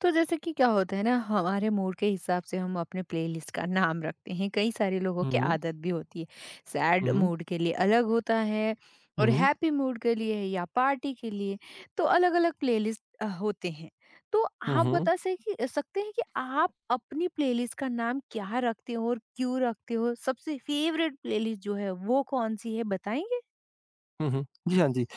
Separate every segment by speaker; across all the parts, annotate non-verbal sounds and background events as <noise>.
Speaker 1: तो जैसे कि क्या होता है ना, हमारे मूड के हिसाब से हम अपने प्लेलिस्ट का नाम रखते हैं। कई सारे लोगों
Speaker 2: हुँ,
Speaker 1: की
Speaker 2: हुँ,
Speaker 1: आदत भी होती है। सैड
Speaker 2: हुँ,
Speaker 1: मूड के लिए अलग होता है और
Speaker 2: हुँ,
Speaker 1: हैप्पी मूड के लिए या पार्टी के लिए। तो अलग अलग प्लेलिस्ट होते हैं। तो आप
Speaker 2: हुँ,
Speaker 1: बता से कि सकते हैं कि आप अपनी प्लेलिस्ट का नाम क्या रखते हो और क्यों रखते हो। सबसे फेवरेट प्लेलिस्ट जो है वो कौन सी है, बताएंगे?
Speaker 2: हुँ, हुँ। जी, हाँ जी।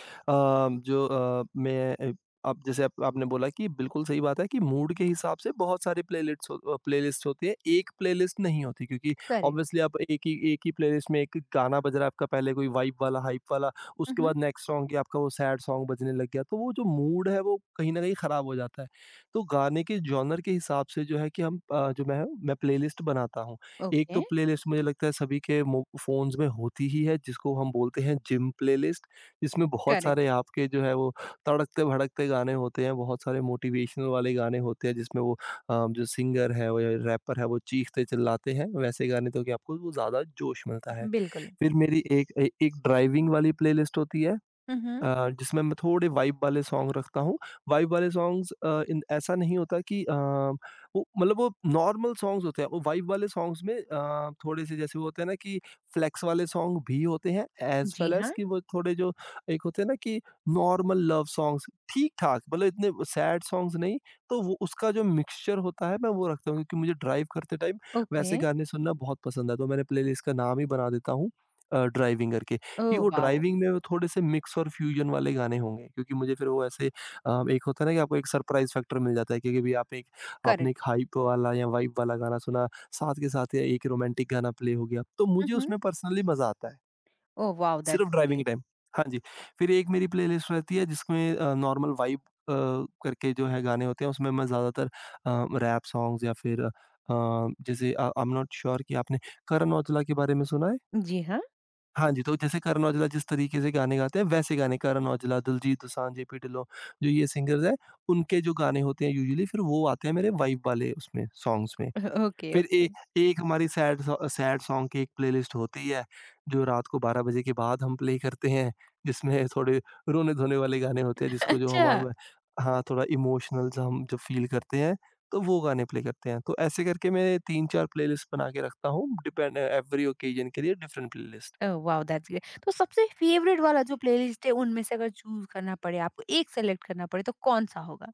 Speaker 2: जो अ, मैं अ, अब जैसे आप आपने बोला कि बिल्कुल सही बात है कि मूड के हिसाब से बहुत सारी प्लेलिस्ट होती है, एक प्लेलिस्ट नहीं होती क्योंकि
Speaker 1: करेक्ट।
Speaker 2: ऑब्वियसली आप एक ही प्लेलिस्ट में एक गाना बज रहा है आपका पहले कोई वाइब वाला, हाइप वाला, उसके
Speaker 1: हम्म।
Speaker 2: बाद नेक्स्ट सॉन्ग ही आपका वो सैड सॉन्ग बजने लग गया, तो वो जो मूड है वो कहीं न कहीं खराब हो जाता है। तो गाने के जॉनर के हिसाब से जो है कि हम जो मैं प्लेलिस्ट बनाता हूँ। एक तो
Speaker 1: ओके।
Speaker 2: प्लेलिस्ट मुझे लगता है सभी के मो फ़ोन्स में होती ही है जिसको हम बोलते हैं जिम प्लेलिस्ट, जिसमें बहुत
Speaker 1: करेक्ट।
Speaker 2: सारे आपके जो है वो तड़कते-भड़कते गाने होते हैं, बहुत सारे मोटिवेशनल वाले गाने होते हैं जिसमें वो जो सिंगर है वो या रैपर है वो चीखते चिल्लाते हैं, वैसे गाने तो कि आपको वो ज़्यादा जोश मिलता है।
Speaker 1: बिल्कुल।
Speaker 2: फिर मेरी एक ए एक ड्राइविंग वाली प्लेलिस्ट होती है।
Speaker 1: हम्म।
Speaker 2: जिसमें मैं थोड़े वाइब वाले सॉन्ग रखता हूँ। वाइब वाले सॉन्ग्स अ, इन ऐसा नहीं होता कि वो मतलब वो नॉर्मल सॉन्ग्स होते हैं। वो वाइब वाले सॉन्ग्स में थोड़े-से जैसे वो होते हैं ना कि फ्लेक्स वाले सॉन्ग भी होते हैं एज़
Speaker 1: जी
Speaker 2: वेल एज़
Speaker 1: हाँ।
Speaker 2: कि वो थोड़े जो एक होते हैं ना कि नॉर्मल लव सॉन्ग्स, ठीक-ठाक मतलब इतने सैड सॉन्ग्स नहीं, तो वो उसका जो मिक्सचर होता है मैं वो रखता हूँ क्योंकि मुझे ड्राइव करते टाइम
Speaker 1: ओके।
Speaker 2: वैसे गाने सुनना बहुत पसंद है। तो मैंने प्लेलिस्ट का नाम ही बना देता हूँ ड्राइविंग करके।
Speaker 1: ओ
Speaker 2: कि वो
Speaker 1: वाओ।
Speaker 2: ड्राइविंग में वो थोड़े से मिक्स और फ्यूजन वाले गाने होंगे क्योंकि मुझे फिर वो ऐसे एक होता है ना कि आपको एक सरप्राइज़ फैक्टर मिल जाता है क्योंकि भी आप एक आपने
Speaker 1: करेक्ट।
Speaker 2: एक हाइप वाला या वाइब वाला गाना सुना, साथ के साथ या एक रोमांटिक गाना प्ले हो गया। तो
Speaker 1: हुँ,
Speaker 2: मुझे
Speaker 1: हुँ।
Speaker 2: उसमें पर्सनली मज़ा आता है,
Speaker 1: ओह वाओ!
Speaker 2: सिर्फ
Speaker 1: दैट्स
Speaker 2: ड्राइविंग
Speaker 1: ग्रेट।
Speaker 2: टाइम। हाँ जी, फिर एक मेरी प्लेलिस्ट रहती है जिसमें नॉर्मल वाइब करके जो है गाने होते हैं, उसमें मैं ज़्यादातर रैप सॉन्ग्स या फिर आई एम नॉट श्योर कि आपने करण औजला के बारे में सुना है?
Speaker 1: जी हाँ।
Speaker 2: हाँ जी, तो जैसे करण औजला जिस तरीके से गाने गाते हैं, वैसे गाने करण औजला, दिलजीत दोसांझ, जेपी ढिल्लों, जो ये सिंगर्स हैं, उनके जो गाने होते हैं यूजुअली फिर वो आते हैं मेरे वाइब वाले उसमें सॉन्ग्स में।
Speaker 1: <laughs> ओके,
Speaker 2: फिर
Speaker 1: ओके।
Speaker 2: ए एक हमारी सैड सॉन्ग की एक प्लेलिस्ट होती है, जो रात को 12 बजे के बाद हम प्ले करते हैं, जिसमें थोड़े रोने-धोने वाले गाने होते हैं, जिसको जो हम
Speaker 1: अच्छा।
Speaker 2: हम हाँ, थोड़ा इमोशनल सा हम जब फ़ील करते हैं, तो वो गाने प्ले करते हैं। तो ऐसे करके मैं 3-4 प्लेलिस्ट बना के रखता हूँ, डिपेंड एवरी ओकेजन के लिए different playlist.
Speaker 1: Oh wow! That's great. तो सबसे फेवरेट वाला जो प्लेलिस्ट है उनमें से अगर चूज़ करना पड़े आपको, एक सेलेक्ट करना पड़े, तो कौन-सा होगा?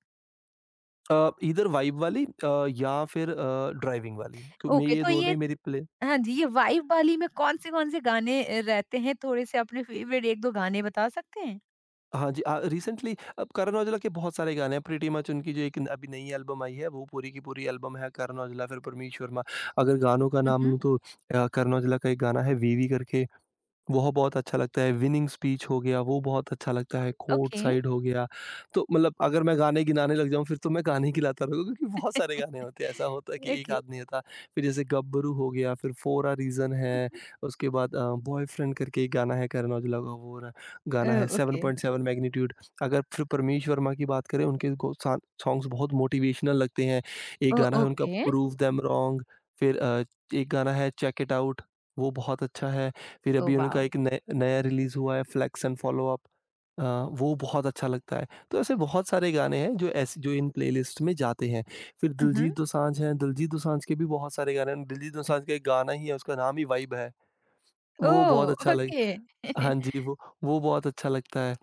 Speaker 2: इधर वाइब वाली या फिर ड्राइविंग वाली, तो मैं
Speaker 1: ओके,
Speaker 2: ये
Speaker 1: तो
Speaker 2: दोनों
Speaker 1: ये
Speaker 2: ही मेरी प्ले
Speaker 1: हाँ जी, ये वाइब वाली में कौन से गाने रहते हैं? थोड़े से अपने फेवरेट 1-2 गाने बता सकते हैं?
Speaker 2: हाँ जी। रिसेंटली, अब करण औजला के बहुत सारे गाने हैं, प्रीटी मच उनकी जो एक अभी नई एल्बम आई है वो पूरी की पूरी एल्बम है करण औजला, फिर परमीश वर्मा। अगर गानों का
Speaker 1: हुँ,
Speaker 2: नाम
Speaker 1: हुँ।
Speaker 2: लूँ तो करण औजला का एक गाना है वीवी करके, वह बहुत अच्छा लगता है, विनिंग स्पीच हो गया, वो बहुत अच्छा लगता है, कोर्ट
Speaker 1: ओके।
Speaker 2: साइड हो गया। तो मतलब अगर मैं गाने गिनाने लग जाऊँ फिर तो मैं गाने ही गिनाता रहूँगा क्योंकि बहुत सारे गाने
Speaker 1: <laughs>
Speaker 2: होते हैं, ऐसा होता है कि एक
Speaker 1: ओके।
Speaker 2: आध नहीं होता। फिर जैसे गब्बरू हो गया, फिर फ़ोर अ रीज़न
Speaker 1: हुँ,
Speaker 2: है,
Speaker 1: हुँ।
Speaker 2: उसके बाद बॉयफ्रेंड करके एक गाना है करण औजला का, वो र गाना
Speaker 1: ओह,
Speaker 2: है,
Speaker 1: ओके।
Speaker 2: 7.7 मैग्नीट्यूड। अगर फिर परमेश वर्मा की बात करें, उनके गो सा सॉन्ग्स बहुत मोटिवेशनल लगते हैं। एक
Speaker 1: ओह,
Speaker 2: गाना है उनका
Speaker 1: ओके।
Speaker 2: प्रूव देम रॉन्ग, फिर एक गाना है चेक इट आउट, वो बहुत अच्छा है। फिर
Speaker 1: ओह
Speaker 2: अभी उनका
Speaker 1: वाओ!
Speaker 2: एक नय नया रिलीज़ हुआ है flex and follow up, uh, वो बहुत अच्छा लगता है। तो ऐसे बहुत सारे गाने हैं जो ऐसे जो इन प्लेलिस्ट में जाते हैं। फिर
Speaker 1: हुँ, हुँ।
Speaker 2: दिलजीत दोसांझ हैं, दिलजीत दोसांझ के भी बहुत सारे गाने हैं। दिलजीत दोसांझ का एक गाना ही है, उसका नाम ही वाइब है। वो बहुत
Speaker 1: ओह,
Speaker 2: अच्छा। लग
Speaker 1: ओके। <laughs>
Speaker 2: हाँ जी, वो बहुत अच्छा लगता है।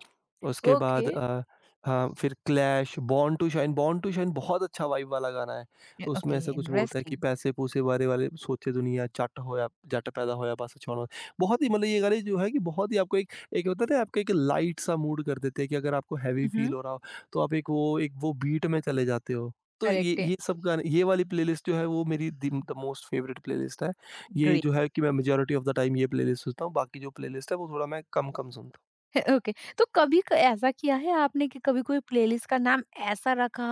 Speaker 2: उसके
Speaker 1: ओके।
Speaker 2: बाद हाँ, फिर clash, born to shine. Born to shine बहुत अच्छा वाइब वाला गाना है। उसमें
Speaker 1: ओके,
Speaker 2: ऐसा कुछ बोलता है कि
Speaker 1: इंटरेस्टिंग।
Speaker 2: पैसे-पूसे बारे वाले सोचे दुनिया, जट होया जट पैदा होया बस छाउणा। बहुत ही मतलब ये गाने जो है कि बहुत ही आपको एक एक होता है ना, आपको एक लाइट सा मूड कर देते हैं कि अगर आपको हेवी फील
Speaker 1: हुँ।
Speaker 2: हो रहा हो, तो आप एक वो बीट में चले जाते हो। तो ये
Speaker 1: करेक्ट है।
Speaker 2: ये सब गाने, ये वाली प्लेलिस्ट जो है वो मेरी the the most favourite playlist है। ये
Speaker 1: ग्रेट
Speaker 2: जो है कि मैं मेजॉरिटी ऑफ द टाइम ये प्लेलिस्ट सुनता हूँ, बाकी जो प्लेलिस्ट है वो थोड़ा मैं कम-कम सुनता हूँ।
Speaker 1: है। ओके। तो कभी क ऐसा किया है आपने कि कभी कोई प्लेलिस्ट का नाम ऐसा रखा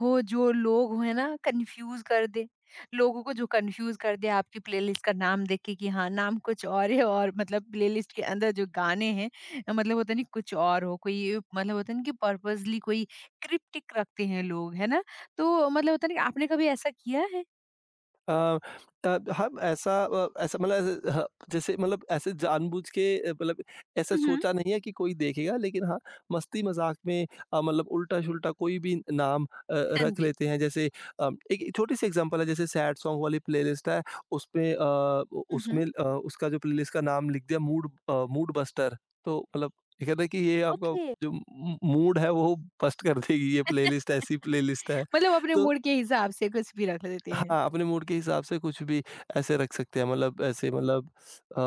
Speaker 1: हो जो लोग हो, है ना, कन्फ्यूज़ कर दे? लोगों को जो कन्फ्यूज़ कर दे आपकी प्लेलिस्ट का नाम देख के कि हाँ, नाम कुछ और है और मतलब प्लेलिस्ट के अंदर जो गाने हैं, मतलब होता नहीं, कुछ और हो, कोई मतलब होता नहीं कि पर्पसली कोई क्रिप्टिक रखते हैं लोग, है ना? तो मतलब होता नहीं, आपने कभी ऐसा किया है?
Speaker 2: अ हम ऐसा मतलब ऐसे ह जैसे मतलब ऐसे जानबूझ के मतलब ऐसा
Speaker 1: हुँ, हुँ।
Speaker 2: सोचा नहीं है कि कोई देखेगा, लेकिन हाँ, मस्ती-मज़ाक में मतलब उल्टा-सुल्टा कोई भी नाम
Speaker 1: हाँ
Speaker 2: रख
Speaker 1: जी।
Speaker 2: लेते हैं। जैसे एक छोटी-सी एग्ज़ाम्पल है, जैसे सैड सॉन्ग वाली प्लेलिस्ट है, उसमें
Speaker 1: हुँ, हुँ।
Speaker 2: उसका जो प्लेलिस्ट का नाम लिख दिया मूड बस्टर। तो मतलब ये कहते हैं कि ये आपका
Speaker 1: ओके,
Speaker 2: जो मू मूड है, वो बस्ट कर देगी, ये प्लेलिस्ट ऐसी प्लेलिस्ट है।
Speaker 1: मतलब अपने
Speaker 2: तो
Speaker 1: मूड के हिसाब से कुछ भी रख लेते हैं।
Speaker 2: हाँ, अपने मूड के हिसाब से कुछ भी ऐसे रख सकते हैं, मतलब ऐसे मतलब अ,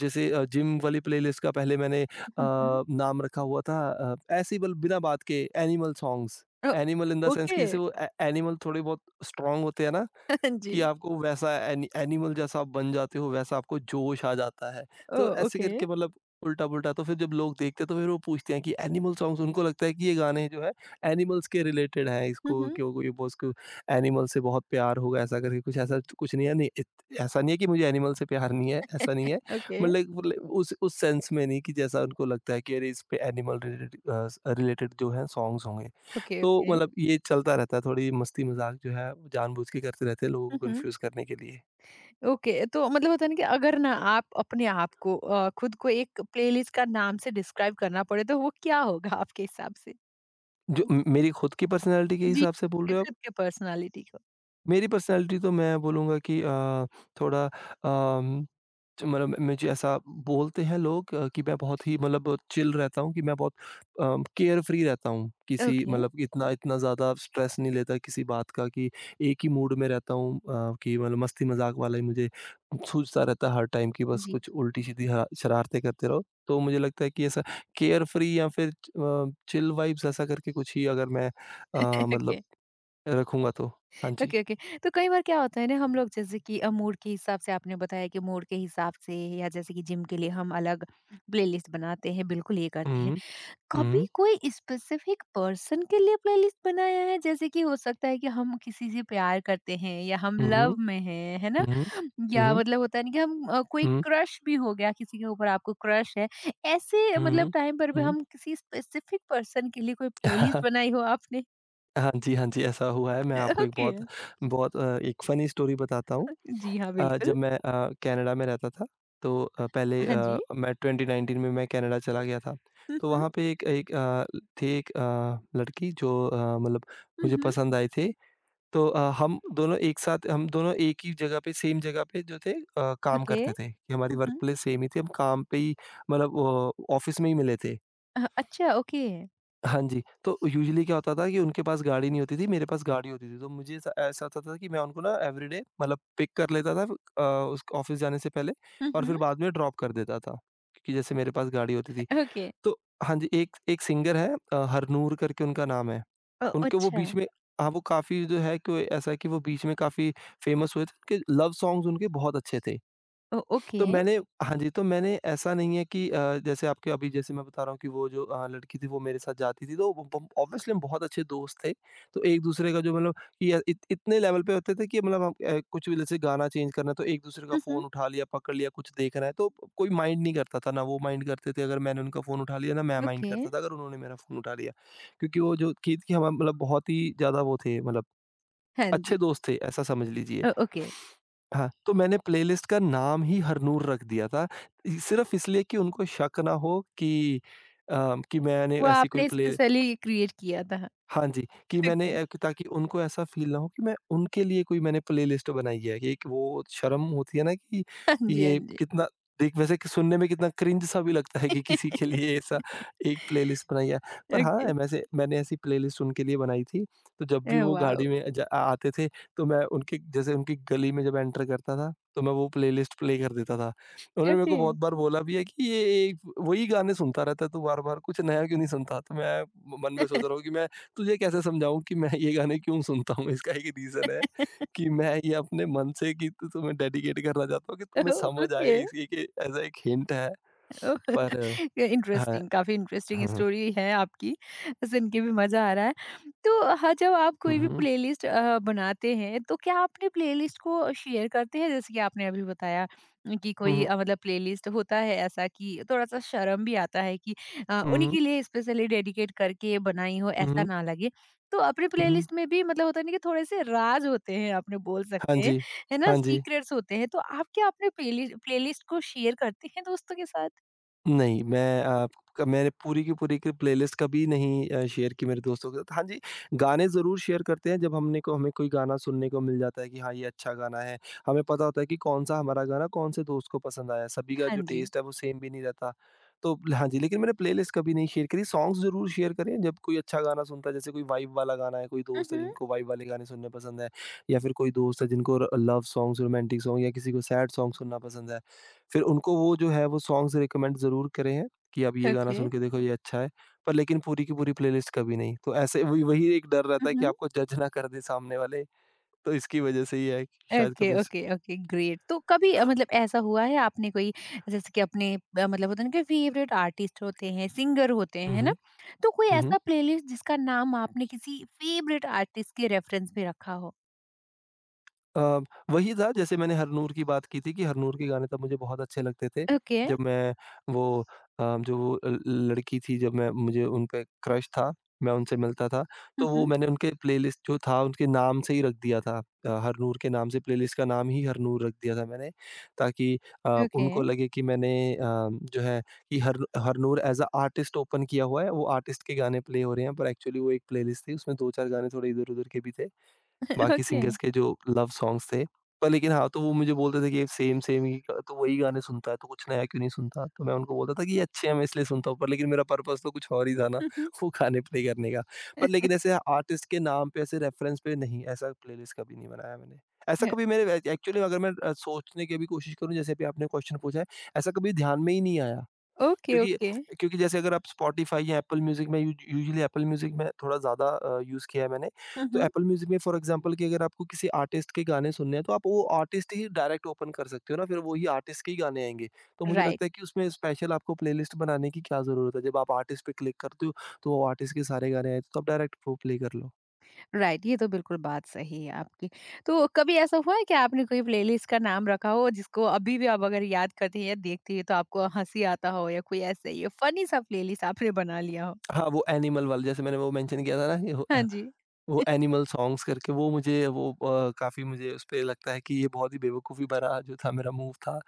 Speaker 2: जैसे जिम वाली प्लेलिस्ट का पहले मैंने
Speaker 1: हुँ, हुँ।
Speaker 2: नाम रखा हुआ था ऐसे ही बल बिना बात के animal songs.
Speaker 1: Oh!
Speaker 2: Animal in the sense
Speaker 1: okay.
Speaker 2: कि जैसे वो ए एनिमल थोड़े बहुत स्ट्रॉन्ग होते हैं ना,
Speaker 1: <laughs> जी।
Speaker 2: कि आपको वैसा एनिमल जैसा आप बन जाते हो, वैसा आपको जोश आ जाता है। तो
Speaker 1: ओह!
Speaker 2: ऐसे
Speaker 1: ओके।
Speaker 2: करके मतलब उल्टा-पुल्टा, तो फिर जब लोग देखते हैं तो फिर वो पूछते हैं कि एनिमल सॉन्ग्स, उनको लगता है कि ये गाने जो है एनिमल्स के रिलेटेड हैं।
Speaker 1: हुँ,
Speaker 2: इसको
Speaker 1: हुँ।
Speaker 2: क्यों कोई बॉस को एनिमल से बहुत प्यार होगा ऐसा करके, कुछ ऐसा तो कुछ नहीं है, नहीं इत ऐसा नहीं है कि मुझे एनिमल से प्यार नहीं है, ऐसा नहीं है।
Speaker 1: ओके,
Speaker 2: मतलब उस सेंस में नहीं कि जैसा उनको लगता है कि अरे इस पे एनिमल रिलेटेड, अ, स रिलेटेड जो है सॉन्ग्स होंगे।
Speaker 1: ओके,
Speaker 2: तो
Speaker 1: ओके।
Speaker 2: मतलब ये चलता रहता है, थोड़ी मस्ती-मज़ाक जो है वो जानबूझ के करते रहते हैं लोगों
Speaker 1: हुँ,
Speaker 2: को
Speaker 1: हुँ।
Speaker 2: कन्फ्यूज़ करने के लिए।
Speaker 1: ओके, तो मतलब होता है ना कि अगर ना आप अपने आप को, खुद को एक प्लेलिस्ट का नाम से डिस्क्राइब करना पड़े, तो वो क्या होगा आपके हिसाब से?
Speaker 2: जो म मेरी खुद की पर्सनैलिटी के
Speaker 1: जी,
Speaker 2: हिसाब से बोल
Speaker 1: आपके
Speaker 2: रहे हो आप?
Speaker 1: खुद के पर्सनैलिटी को।
Speaker 2: मेरी पर्सनैलिटी तो मैं बोलूँगा कि थोड़ा अम मतलब मुझे ऐसा बोलते हैं लोग कि मैं बहुत ही मतलब चिल रहता हूँ, कि मैं बहुत केयर फ्री रहता हूँ किसी
Speaker 1: ओके,
Speaker 2: मतलब, इतना इतना ज़्यादा स्ट्रेस नहीं लेता किसी बात का, कि एक ही मूड में रहता हूँ कि मतलब मस्ती मजाक वाला ही मुझे सूझता रहता है हर टाइम, कि बस
Speaker 1: जी।
Speaker 2: कुछ उल्टी सीधी शरारतें करते रहो, तो मुझे लगता है कि ऐसा केयर फ्री या फिर चिल वाइब्स ऐसा करके कुछ ही अगर मैं मतलब
Speaker 1: ओके,
Speaker 2: रखूंगा तो। हाँ जी।
Speaker 1: Okay, okay. तो कई बार क्या होता है ना, हम लोग जैसे कि मूड के हिसाब से आपने बताया, कि मूड के हिसाब से या जैसे कि जिम के लिए हम अलग प्लेलिस्ट बनाते हैं, बिल्कुल ये करते हैं।
Speaker 2: हम्म,
Speaker 1: कभी
Speaker 2: हम्म,
Speaker 1: कोई स्पेसिफिक पर्सन के लिए प्लेलिस्ट बनाया है, जैसे कि हो सकता है कि हम किसी से प्यार करते हैं या हम
Speaker 2: हम्म,
Speaker 1: लव में हैं, है ना?
Speaker 2: हम्म, हम्म,
Speaker 1: या
Speaker 2: हम्म,
Speaker 1: मतलब होता है ना कि हम कोई
Speaker 2: हम्म,
Speaker 1: क्रश भी हो गया किसी के ऊपर, आपको क्रश है, ऐसे मतलब
Speaker 2: हम्म,
Speaker 1: टाइम पर भी
Speaker 2: हम्म।
Speaker 1: हम किसी स्पेसिफिक पर्सन के लिए कोई
Speaker 2: <laughs>
Speaker 1: प्लेलिस्ट
Speaker 2: हाँ।
Speaker 1: बनाई हो आपने?
Speaker 2: हाँ जी, हाँ जी, ऐसा हुआ है। मैं
Speaker 1: <laughs>
Speaker 2: आपको एक
Speaker 1: ओके।
Speaker 2: बहुत बहुत एक फ़नी स्टोरी बताता हूँ।
Speaker 1: जी हाँ, बिल्कुल।
Speaker 2: जब मैं कनाडा में रहता था, तो पहले
Speaker 1: हाँ जी।
Speaker 2: मैं 2019 में मैं कनाडा चला गया था। तो
Speaker 1: हम्म।
Speaker 2: वहाँ पे एक एक अ, थी एक लड़की जो मतलब मुझे
Speaker 1: हम्म।
Speaker 2: पसंद आई थी। तो हम दोनों एक ही जगह पे, सेम जगह पे जो थे काम
Speaker 1: ओके।
Speaker 2: करते थे। कि हमारी वर्क
Speaker 1: हम्म।
Speaker 2: प्लेस सेम ही थी। हम काम पे ही मतलब वो ऑफ़िस में ही मिले थे।
Speaker 1: अच्छा। ओके।
Speaker 2: हाँ जी, तो यूजुअली क्या होता था कि उनके पास गाड़ी नहीं होती थी, मेरे पास गाड़ी होती थी, तो मुझे ऐसा, होता था कि मैं उनको ना एवरीडे मतलब पिक कर लेता था उस ऑफ़िस जाने से पहले, और
Speaker 1: हम्म।
Speaker 2: फिर बाद में ड्रॉप कर देता था, क्योंकि जैसे मेरे पास गाड़ी होती थी।
Speaker 1: ओके।
Speaker 2: तो हाँ जी, एक एक सिंगर है हरनूर करके उनका नाम है। उनके वो
Speaker 1: अच्छा।
Speaker 2: बीच में हाँ, वो काफ़ी जो है कि वो ऐसा है कि वो बीच में काफ़ी फ़ेमस हुए थे, उनके लव सॉन्ग्स उनके बहुत अच्छे थे।
Speaker 1: ओके।
Speaker 2: तो मैंने हाँ जी, तो मैंने ऐसा नहीं है कि जैसे आपके अभी जैसे मैं बता रहा हूँ कि वो जो लड़की थी वो मेरे साथ जाती थी, तो वो बम ऑब्वियसली हम बहुत अच्छे दोस्त थे। तो एक-दूसरे का जो मतलब कि अ, इत इतने लेवल पे होते थे कि मतलब हम कुछ भी, जैसे गाना चेंज करना है तो एक-दूसरे का
Speaker 1: हम्म।
Speaker 2: फ़ोन उठा लिया, पकड़ लिया, कुछ देखना है तो कोई माइंड नहीं करता था। ना वो माइंड करते थे अगर मैंने उनका फ़ोन उठा लिया, ना मैं माइंड
Speaker 1: ओके।
Speaker 2: करता था अगर उन्होंने मेरा फ़ोन उठा लिया। क्योंकि वो जो कि हम मतलब बहुत ही ज़्यादा वो थे, मतलब
Speaker 1: हाँ।
Speaker 2: अच्छे दोस्त थे, ऐसा समझ लीजिए।
Speaker 1: ओ ओके,
Speaker 2: हाँ, तो मैंने प्लेलिस्ट का नाम ही हरनूर रख दिया था। सिर्फ़ इसलिए कि उनको शक ना हो कि अ, कि मैंने
Speaker 1: वो
Speaker 2: ऐसी कोई
Speaker 1: आपने
Speaker 2: प्ले।
Speaker 1: स्पेशली क्रिएट किया था।
Speaker 2: हाँ जी, कि
Speaker 1: ओके।
Speaker 2: मैंने कि ताकि उनको ऐसा फ़ील ना हो कि मैं उनके लिए कोई मैंने प्लेलिस्ट बनाई है। कि एक वो शर्म होती है ना कि
Speaker 1: हाँ जी, हाँ
Speaker 2: ये
Speaker 1: जी।
Speaker 2: कितना देख वैसे कि सुनने में कितना क्रिंज सा भी लगता है कि किसी के लिए ऐसा
Speaker 1: <laughs>
Speaker 2: एक प्लेलिस्ट बनाई है। पर हाँ,
Speaker 1: ओके।
Speaker 2: वैसे मैंने ऐसी प्लेलिस्ट उनके लिए बनाई थी, तो जब भी
Speaker 1: ए
Speaker 2: वो
Speaker 1: वाओ!
Speaker 2: गाड़ी में ज आ आते थे, तो मैं उनके जैसे उनकी गली में जब एंटर करता था, तो मैं वो प्लेलिस्ट प्ले कर देता था। उन्होंने मेरे
Speaker 1: ओके।
Speaker 2: को बहुत बार बोला भी है कि, "ये एक वही गाने सुनता रहता है तू बार-बार, कुछ नया क्यों नहीं सुनता?" तो मैं मन में सोच रहा हूँ
Speaker 1: <laughs>
Speaker 2: कि मैं तुझे कैसे समझाऊँ कि मैं ये गाने क्यों सुनता हूँ? इसका एक रीज़न है कि मैं ये अपने मन से कि तु तुम्हें डेडिकेट करना चाहता हूँ कि तुम्हें
Speaker 1: ओह!
Speaker 2: समझ आए
Speaker 1: ओके।
Speaker 2: इसलिए कि ऐसा एक हिंट है।
Speaker 1: ओ
Speaker 2: पर हाँ,
Speaker 1: इंटरेस्टिंग, काफ़ी इंटरेस्टिंग
Speaker 2: हाँ।
Speaker 1: स्टोरी है आपकी। सुन के भी मज़ा आ रहा है। तो हाँ, जब आप
Speaker 2: हुँ,
Speaker 1: कोई भी
Speaker 2: हुँ।
Speaker 1: प्लेलिस्ट बनाते हैं, तो क्या आप अपनी प्लेलिस्ट को शेयर करते हैं? जैसे कि आपने अभी बताया कि
Speaker 2: हुँ,
Speaker 1: कोई
Speaker 2: हुँ।
Speaker 1: मतलब प्लेलिस्ट होता है ऐसा कि थोड़ा-सा शर्म भी आता है कि
Speaker 2: हुँ,
Speaker 1: उन्हीं
Speaker 2: हुँ।
Speaker 1: के लिए स्पेशली डेडिकेट करके बनाई हो,
Speaker 2: हुँ,
Speaker 1: ऐसा
Speaker 2: हुँ।
Speaker 1: ना लगे। तो अपनी
Speaker 2: हुँ, हुँ।
Speaker 1: प्लेलिस्ट में भी मतलब होता है ना कि थोड़े-से राज होते हैं, आपने बोल
Speaker 2: हाँ
Speaker 1: सकते हैं,
Speaker 2: जी।
Speaker 1: है ना?
Speaker 2: हाँ जी।
Speaker 1: सीक्रेट्स होते हैं, तो आप क्या अपने प्लेलिस्ट को शेयर करते हैं दोस्तों के साथ?
Speaker 2: नहीं, मैं क मैंने पूरी की प्लेलिस्ट कभी नहीं शेयर की मेरे दोस्तों के साथ। हाँ जी, गाने ज़रूर शेयर करते हैं जब हमने को हमें कोई गाना सुनने को मिल जाता है कि हाँ, ये अच्छा गाना है। हमें पता होता है कि कौन-सा हमारा गाना कौन-से दोस्त को पसंद आया। सभी का
Speaker 1: हाँ
Speaker 2: जो
Speaker 1: जी।
Speaker 2: टेस्ट है वो सेम भी नहीं रहता। तो हाँ जी, लेकिन मैंने प्लेलिस्ट कभी नहीं शेयर करी। सॉन्ग्स ज़रूर शेयर करे जब कोई अच्छा गाना सुनता है, जैसे कोई वाइब वाला गाना है, कोई दोस्त है
Speaker 1: उहुँ,
Speaker 2: जिनको वाइब वाले गाने सुनने पसंद है या फिर कोई दोस्त है जिनको र लव सॉन्ग्स, रोमांटिक सॉन्ग या किसी को सैड सॉन्ग सुनना पसंद है। फिर उनको वो जो है वो सॉन्ग्स रिकमेंड ज़रूर करे हैं कि आप ये गाना
Speaker 1: ओके।
Speaker 2: सुन के देखो ये अच्छा है। पर लेकिन पूरी की पूरी प्लेलिस्ट कभी नहीं। तो ऐसे वही वही एक डर रहता है कि
Speaker 1: उहुँ,
Speaker 2: आपको जज ना कर दें सामने वाले, तो इसकी वजह से ये है कि शायद
Speaker 1: ओके,
Speaker 2: कभी स।
Speaker 1: Okay, okay, great. तो कभी मतलब ऐसा हुआ है आपने कोई, जैसे कि अपने, मतलब होता है ना कि फेवरेट आर्टिस्ट होते हैं, सिंगर होते हैं,
Speaker 2: हुँ,
Speaker 1: है ना?
Speaker 2: हुँ।
Speaker 1: तो कोई
Speaker 2: हुँ, हुँ।
Speaker 1: ऐसा प्लेलिस्ट जिसका नाम आपने किसी फेवरेट आर्टिस्ट के रेफरेंस में रखा हो?
Speaker 2: अ, वही था जैसे मैंने हरनूर की बात की थी कि हरनूर के गाने तब मुझे बहुत अच्छे लगते थे।
Speaker 1: ओके।
Speaker 2: जब मैं वो जो वो ल लड़की थी, जब मैं मुझे उन पे क्रश था, मैं उनसे मिलता था, तो वो
Speaker 1: उहुँ,
Speaker 2: मैंने उनके प्लेलिस्ट जो था उनके नाम से ही रख दिया था। हरनूर के नाम से प्लेलिस्ट का नाम ही हरनूर रख दिया था मैंने, ताकि
Speaker 1: ओके,
Speaker 2: उनको लगे कि मैंने जो है कि हर Harnoor as a artist open किया हुआ है, वो आर्टिस्ट के गाने प्ले हो रहे हैं, पर एक्चुअली वो एक प्लेलिस्ट थी, उसमें 2-4 गाने थोड़े इधर-उधर के भी थे। बाकी
Speaker 1: ओके।
Speaker 2: सिंगर्स के जो लव सॉन्ग्स थे। पर लेकिन हाँ, तो वो मुझे बोलते थे कि सेम सेम ही गा- तो वही गाने सुनता है, तो कुछ नया क्यों नहीं सुनता? तो मैं उनको बोलता था कि ये अच्छे हैं, मैं इसलिए सुनता हूँ। पर लेकिन मेरा पर्पज़ तो कुछ और ही था ना,
Speaker 1: उहुँ,
Speaker 2: <laughs> वो गाने प्ले करने का। पर
Speaker 1: अ,
Speaker 2: लेकिन ऐसे आर्टिस्ट के नाम पे, ऐसे रेफरेंस पे नहीं, ऐसा प्लेलिस्ट कभी नहीं बनाया मैंने। ऐसा
Speaker 1: <laughs>
Speaker 2: कभी मेरे एक्चुअली अगर मैं सोचने की भी कोशिश करूँ, जैसे अभी आपने क्वेश्चन पूछा है, ऐसा कभी ध्यान में ही नहीं आया।
Speaker 1: ओके,
Speaker 2: क्योंकि
Speaker 1: ओके।
Speaker 2: क्योंकि जैसे अगर आप स्पॉटिफ़ाई या एप्पल म्यूज़िक में यूजुअली एप्पल म्यूज़िक में थोड़ा ज़्यादा यूज़ किया है मैंने। तो
Speaker 1: उहुँ,
Speaker 2: एप्पल म्यूज़िक में फ़ॉर एग्ज़ाम्पल कि अगर आपको किसी आर्टिस्ट के गाने सुनने हैं, तो आप वो आर्टिस्ट ही डायरेक्ट ओपन कर सकते हो ना, फिर वही आर्टिस्ट के ही गाने आएँगे। तो मुझे
Speaker 1: राइट।
Speaker 2: लगता है कि उसमें स्पेशल आपको प्लेलिस्ट बनाने की क्या ज़रूरत है? जब आप आर्टिस्ट पे क्लिक करते हो, तो वो आर्टिस्ट के सारे गाने आए, तो आप डायरेक्ट वो प्ले कर लो।
Speaker 1: राइट, ये तो बिल्कुल बात सही है आपकी। तो कभी ऐसा हुआ है कि आपने कोई प्लेलिस्ट का नाम रखा हो जिसको अभी भी आप अगर याद करती हैं या देखती हैं तो आपको हँसी आता हो, या कोई ऐसे ही फनी सा प्लेलिस्ट आपने बना लिया हो?
Speaker 2: हाँ, वो एनिमल वाला जैसे मैंने वो मेंशन किया था ना कि वो
Speaker 1: हाँ जी,
Speaker 2: वो एनिमल सॉन्ग्स करके वो मुझे वो काफ़ी मुझे उस पे लगता है कि ये बहुत ही बेवकूफ़ी भरा जो था मेरा मूव था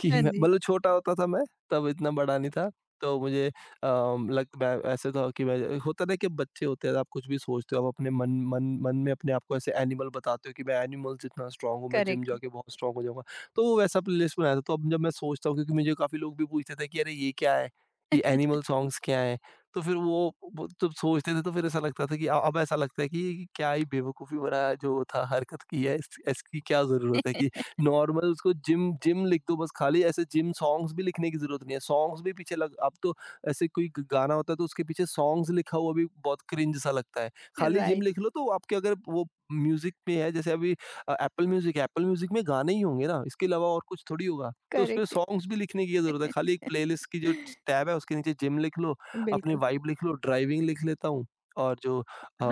Speaker 2: कि
Speaker 1: हाँ
Speaker 2: मैं
Speaker 1: जी,
Speaker 2: मतलब छोटा होता था मैं, तब इतना बड़ा नहीं था। तो मुझे लग मैं ऐसे था कि मैं होता ना कि बच्चे होते हैं आप कुछ भी सोचते हो, आप अपने मन मन मन में अपने आप को ऐसे एनिमल बताते हो कि मैं एनिमल जितना स्ट्रॉन्ग हूँ, मैं जिम
Speaker 1: करेक्ट है।
Speaker 2: जाके बहुत स्ट्रॉन्ग हो जाऊँगा। तो वो वैसा प्लेलिस्ट बनाया था। तो अब जब मैं सोचता हूँ, क्योंकि मुझे काफ़ी लोग भी पूछते थे कि अरे ये क्या है? ये एनिमल सॉन्ग्स क्या हैं? तो फिर वो जब सोचते थे तो फिर ऐसा लगता था कि अब ऐसा लगता है कि क्या ही बेवकूफ़ी भरा जो था हरकत की है, इस इसकी क्या ज़रूरत है कि
Speaker 1: <laughs>
Speaker 2: नॉर्मल उसको जिम जिम लिख दो बस, खाली ऐसे जिम सॉन्ग्स भी लिखने की ज़रूरत नहीं है। सॉन्ग्स भी पीछे लग अब तो ऐसे कोई ग गाना होता है तो उसके पीछे सॉन्ग्स लिखा हुआ भी बहुत क्रिंज सा लगता है। खाली जिम
Speaker 1: राइट,
Speaker 2: लिख लो, तो आपके अगर वो म्यूज़िक में है, जैसे अभी एप्पल म्यूज़िक है, एप्पल म्यूज़िक में गाने ही होंगे ना, इसके अलावा और कुछ थोड़ी होगा। तो उसमें
Speaker 1: करेक्ट है।
Speaker 2: सॉन्ग्स भी लिखने की क्या ज़रूरत है, खाली एक प्लेलिस्ट की जो च
Speaker 1: <laughs>
Speaker 2: टैब है उसके नीचे जिम लिख लो, अपनी
Speaker 1: बिल्कुल।
Speaker 2: वाइब लिख लो, ड्राइविंग लिख लेता हूँ और जो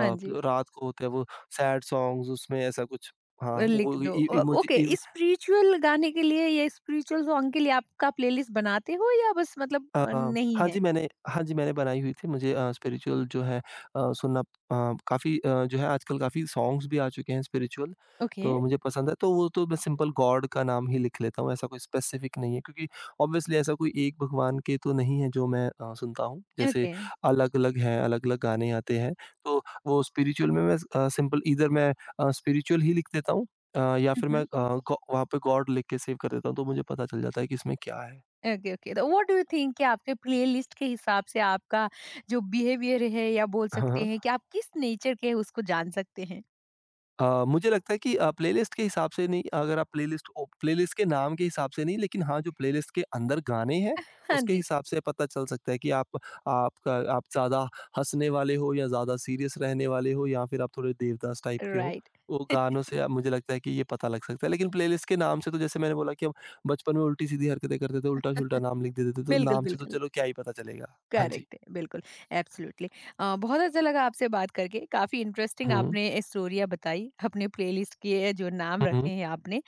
Speaker 1: हाँ जी,
Speaker 2: रात को होते हैं वो सैड सॉन्ग्स उसमें ऐसा कुछ। हाँ,
Speaker 1: लिख
Speaker 2: वो
Speaker 1: दो।
Speaker 2: इ
Speaker 1: ओ
Speaker 2: इमोजी
Speaker 1: ओके,
Speaker 2: इ
Speaker 1: स्पिरिचुअल गाने के लिए या स्पिरिचुअल सॉन्ग के लिए आपका प्लेलिस्ट बनाते हो, या बस मतलब
Speaker 2: अ,
Speaker 1: नहीं है?
Speaker 2: हाँ जी, मैंने बनाई हुई थी। मुझे स्पिरिचुअल जो है सुनना काफ़ी जो है आजकल काफ़ी सॉन्ग्स भी आ चुके हैं स्पिरिचुअल,
Speaker 1: ओके,
Speaker 2: तो मुझे पसंद है। तो वो तो मैं सिंपल गॉड का नाम ही लिख लेता हूँ, ऐसा कोई स्पेसिफिक नहीं है क्योंकि ऑब्वियसली ऐसा कोई एक भगवान के तो नहीं है जो मैं सुनता हूँ। जैसे
Speaker 1: ओके।
Speaker 2: अलग-अलग हैं, अलग-अलग गाने आते हैं, तो वो स्पिरिचुअल में मैं सिंपल ईदर मैं स्पिरिचुअल ही लिख देता हूँ या
Speaker 1: हुँ,
Speaker 2: फिर मैं
Speaker 1: हुँ।
Speaker 2: गॉ वहाँ पे गॉड लिख के सेव कर देता हूँ, तो मुझे पता चल जाता है कि इसमें क्या है।
Speaker 1: ओके, ओके, तो व्हाट डू यू थिंक कि आपके प्लेलिस्ट के हिसाब से आपका जो बिहेवियर है, या बोल
Speaker 2: <laughs> हाँ,
Speaker 1: सकते हैं
Speaker 2: हाँ।
Speaker 1: कि आप किस नेचर के हैं, उसको जान सकते हैं?
Speaker 2: मुझे लगता है कि प्लेलिस्ट के हिसाब से नहीं, अगर आप प्लेलिस्ट के नाम के हिसाब से नहीं, लेकिन हाँ, जो प्लेलिस्ट के अंदर गाने हैं,
Speaker 1: हाँ
Speaker 2: उसके
Speaker 1: जी।
Speaker 2: हिसाब से पता चल सकता है कि आप आपका आप ज़्यादा हँसने वाले हो या ज़्यादा सीरियस रहने वाले हो या फिर आप थोड़े देवदास टाइप के हो।
Speaker 1: राइट।
Speaker 2: वो
Speaker 1: <laughs>
Speaker 2: गानों से मुझे लगता है कि ये पता लग सकता है। लेकिन प्लेलिस्ट के नाम से तो जैसे मैंने बोला कि हम बचपन में उल्टी-सीधी हरकतें करते थे, उल्टा-सुल्टा नाम लिख देते थे, तो
Speaker 1: बिल्कुल,
Speaker 2: नाम से तो
Speaker 1: बिल्कुल,
Speaker 2: चलो क्या ही पता चलेगा। हाँ जी।
Speaker 1: करेक्ट है, बिल्कुल, एब्सोल्युटली। बहुत अच्छा लगा आपसे बात करके। काफ़ी इंटरेस्टिंग
Speaker 2: हुँ,
Speaker 1: आपने स्टोरियाँ बताई अपने प्लेलिस्ट के जो नाम
Speaker 2: हुँ, हुँ,
Speaker 1: रखे हैं आपने।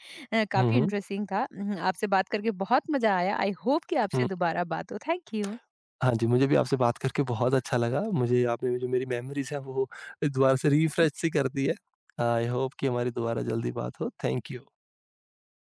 Speaker 2: हुँ,
Speaker 1: काफ़ी
Speaker 2: हुँ,
Speaker 1: इंटरेस्टिंग था, आपसे बात करके बहुत मज़ा आया। आई होप कि आपसे
Speaker 2: हुँ।
Speaker 1: दोबारा बात हो। Thank you.
Speaker 2: हाँ जी, मुझे भी आपसे बात करके बहुत अच्छा लगा। मुझे आपने जो मेरी मेमोरीज़ हैं वो दोबारा से रिफ्रेश सी कर दी है। आई होप कि हमारी दोबारा जल्दी बात हो। Thank you.